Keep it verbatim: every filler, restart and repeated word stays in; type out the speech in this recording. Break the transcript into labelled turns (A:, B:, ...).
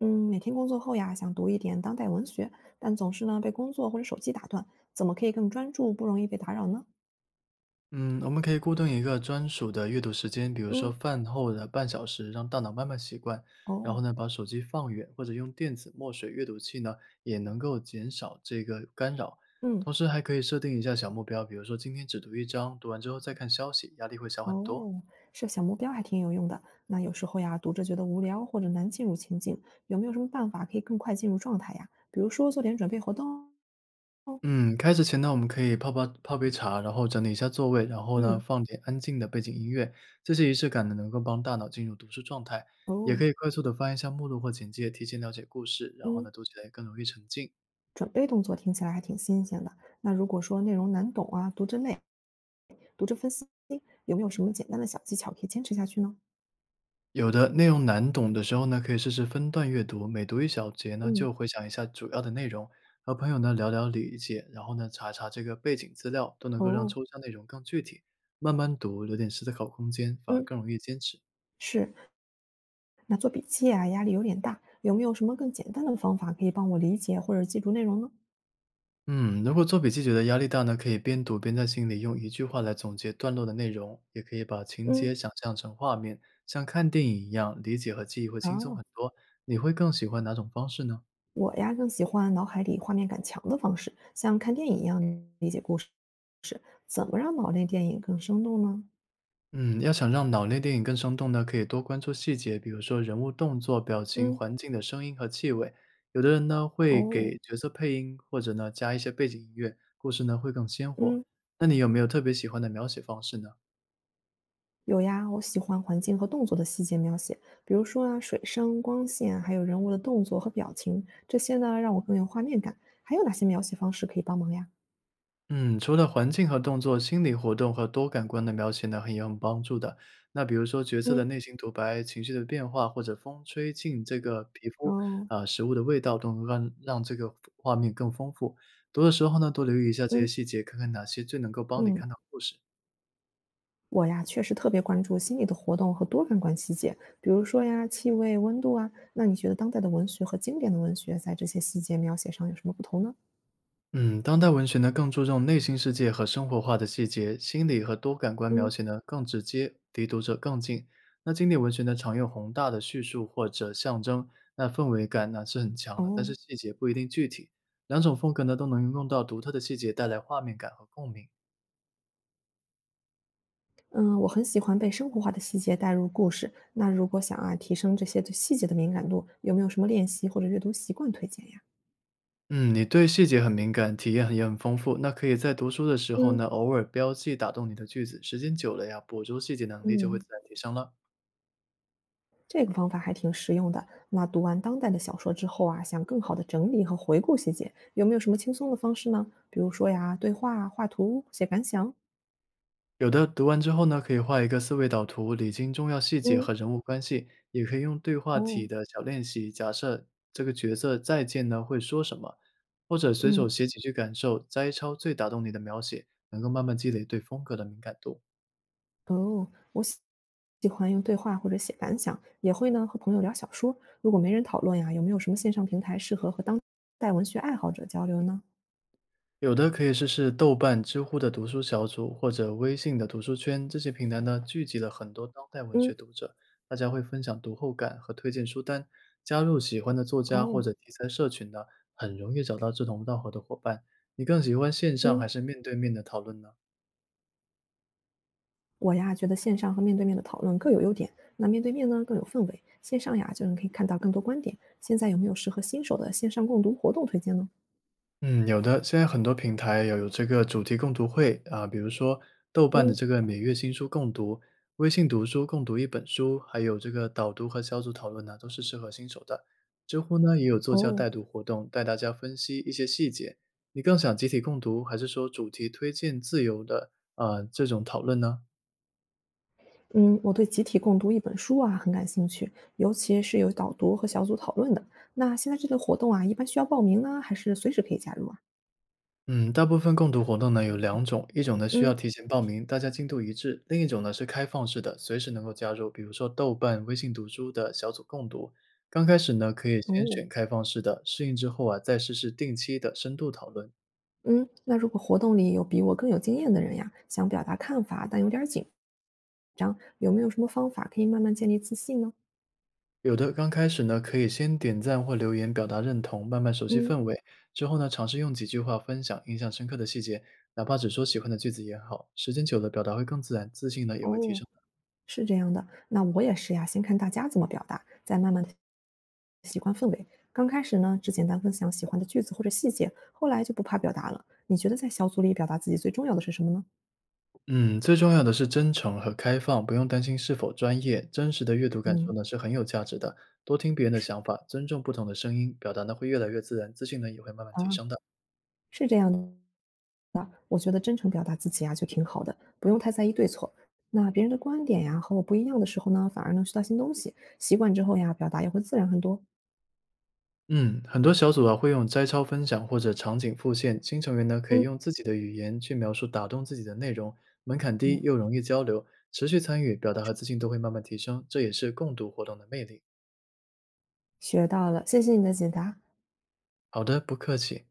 A: 嗯，每天工作后呀，想读一点当代文学，但总是呢被工作或者手机打断，怎么可以更专注，不容易被打扰呢？
B: 嗯，我们可以固定一个专属的阅读时间，比如说
A: 嗯。
B: 饭后的半小时，让大脑慢慢习惯。然后
A: 哦。
B: 呢，把手机放远，或者用电子墨水阅读器呢，也能够减少这个干扰。
A: 嗯。
B: 同时还可以设定一下小目标，比如说今天只读一章，读完之后再看消息，压力会小很多。
A: 哦，设小目标还挺有用的。那有时候呀，读着觉得无聊或者难进入情境，有没有什么办法可以更快进入状态呀？比如说做点准备活动。哦。
B: 嗯，开始前呢，我们可以泡泡泡杯茶，然后整理一下座位，然后呢，
A: 嗯。
B: 放点安静的背景音乐，这些仪式感呢，能够帮大脑进入读书状态，也
A: 哦。
B: 可以快速的翻一下目录或简介，提前了解故事，然后呢，
A: 嗯，
B: 读起来更容易沉浸。
A: 准备动作听起来还挺新鲜的。那如果说内容难懂啊，读着累，读着分心，有没有什么简单的小技巧可以坚持下去呢？
B: 有的内容难懂的时候呢，可以试试分段阅读，每读一小节呢，
A: 嗯。
B: 就回想一下主要的内容，和朋友呢聊聊理解，然后呢，查查这个背景资料，都能够让
A: 哦。
B: 抽象内容更具体。慢慢读，留点思考空间，反而
A: 嗯。
B: 更容易坚持。
A: 是，那做笔记啊，压力有点大，有没有什么更简单的方法可以帮我理解或者记住内容呢？
B: 嗯，如果做笔记觉得压力大呢，可以边读边在心里用一句话来总结段落的内容，也可以把情
A: 嗯。
B: 节想象成画面，像看电影一样，理解和记忆会轻松
A: 啊，
B: 很多。你会更喜欢哪种方式呢？
A: 我呀更喜欢脑海里画面感强的方式，像看电影一样理解故事。是，怎么让脑内电影更生动呢？
B: 嗯，要想让脑内电影更生动呢，可以多关注细节，比如说人物动作、表情、
A: 嗯。
B: 环境的声音和气味。有的人呢会
A: 哦。
B: 给角色配音，或者呢加一些背景音乐，故事呢会更鲜活。
A: 嗯，
B: 那你有没有特别喜欢的描写方式呢？
A: 有呀，我喜欢环境和动作的细节描写，比如说啊，水声、光线，还有人物的动作和表情，这些呢让我更有画面感。还有哪些描写方式可以帮忙呀？
B: 嗯，除了环境和动作，心理活动和多感官的描写呢，很有很帮助的。那比如说角色的
A: 嗯。
B: 内心独白、情绪的变化，或者风吹进这个皮肤
A: 哦。
B: 啊、食物的味道，都能让让这个画面更丰富。读的时候呢，多留意一下这些
A: 嗯
B: 细节，看看哪些最能够帮你
A: 嗯。
B: 看到故事。
A: 我呀，确实特别关注心理的活动和多感官细节，比如说呀，气味、温度啊。那你觉得当代的文学和经典的文学在这些细节描写上有什么不同呢？
B: 嗯，当代文学呢更注重内心世界和生活化的细节，心理和多感官描
A: 嗯。
B: 写呢更直接，离读者更近。那经典文学呢常用宏大的叙述或者象征，那氛围感呢是很强的，但
A: 哦。
B: 是细节不一定具体。两种风格呢都能用到独特的细节，带来画面感和共鸣。
A: 嗯，我很喜欢被生活化的细节带入故事。那如果想啊提升这些对细节的敏感度，有没有什么练习或者阅读习惯推荐呀？
B: 嗯，你对细节很敏感，体验也很丰富，那可以在读书的时候
A: 嗯
B: 呢偶尔标记打动你的句子，时间久了呀，捕捉细节能力就会
A: 嗯，
B: 自然提升了。
A: 这个方法还挺实用的。那读完当代的小说之后啊，想更好的整理和回顾细节，有没有什么轻松的方式呢？比如说呀，对话、画图、写感想。
B: 有的读完之后呢，可以画一个思维导图，理清重要细节
A: 嗯。
B: 和人物关系，也可以用对话
A: 哦。
B: 体的小练习，假设这个角色再见呢会说什么，或者随
A: 嗯。
B: 手写几句感受，摘抄最打动你的描写，能够慢慢积累对风格的敏感度。
A: 哦，我喜喜欢用对话或者写感想，也会呢和朋友聊小说。如果没人讨论呀，有没有什么线上平台适合和当代文学爱好者交流呢？
B: 有的可以试试豆瓣、知乎的读书小组，或者微信的读书圈。这些平台呢，聚集了很多当代文学
A: 嗯。
B: 读者，大家会分享读后感和推荐书单。加入喜欢的作家
A: 哦。
B: 或者题材社群呢，很容易找到志同道合的伙伴。你更喜欢线上还
A: 嗯，
B: 是面对面的讨论呢？
A: 我呀觉得线上和面对面的讨论各有优点，那面对面呢更有氛围，线上呀就能可以看到更多观点。现在有没有适合新手的线上共读活动推荐呢？
B: 嗯，有的。现在很多平台有有这个主题共读会啊，比如说豆瓣的
A: 嗯。
B: 这个每月新书共读，微信读书共读一本书，还有这个导读和小组讨论呢，都是适合新手的。知乎呢也有作家
A: 哦。
B: 带读活动，带大家分析一些细节。你更想集体共读，还是说主题推荐自由的啊、呃这种讨论呢？
A: 嗯，我对集体共读一本书啊很感兴趣，尤其是有导读和小组讨论的。那现在这类活动啊，一般需要报名呢，还是随时可以加入啊？
B: 嗯，大部分共读活动呢有两种，一种呢需要
A: 嗯。
B: 提前报名，大家进度一致；另一种呢是开放式的，随时能够加入，比如说豆瓣、微信读书的小组共读。刚开始呢，可以先
A: 哦。
B: 选开放式的，适应之后啊，再试试定期的深度讨论。
A: 嗯，那如果活动里有比我更有经验的人呀，想表达看法但有点儿紧张，有没有什么方法可以慢慢建立自信呢？
B: 有的刚开始呢，可以先点赞或留言表达认同，慢慢熟悉
A: 嗯。
B: 氛围。之后呢，尝试用几句话分享印象深刻的细节，哪怕只说喜欢的句子也好。时间久了，表达会更自然，自信呢也会提
A: 哦，
B: 升。
A: 是这样的，那我也是呀，先看大家怎么表达，再慢慢的习惯氛围。刚开始呢，只简单分享喜欢的句子或者细节，后来就不怕表达了。你觉得在小组里表达自己最重要的是什么呢？
B: 嗯，最重要的是真诚和开放，不用担心是否专业。真实的阅读感受
A: 嗯。
B: 呢是很有价值的，多听别人的
A: 是。
B: 想法，尊重不同的声音，表达呢会越来越自然，自信呢也会慢慢提
A: 啊，
B: 升的。
A: 是这样的，我觉得真诚表达自己啊就挺好的，不用太在意对错。那别人的观点呀和我不一样的时候呢，反而能学到新东西。习惯之后呀，表达也会自然很多。
B: 嗯，很多小组啊会用摘抄分享或者场景复现，新成员呢可以
A: 嗯。
B: 用自己的语言去描述打动自己的内容，门槛低
A: 嗯，
B: 又容易交流，持续参与，表达和自信都会慢慢提升，这也是共读活动的魅力。
A: 学到了，谢谢你的解答。
B: 好的，不客气。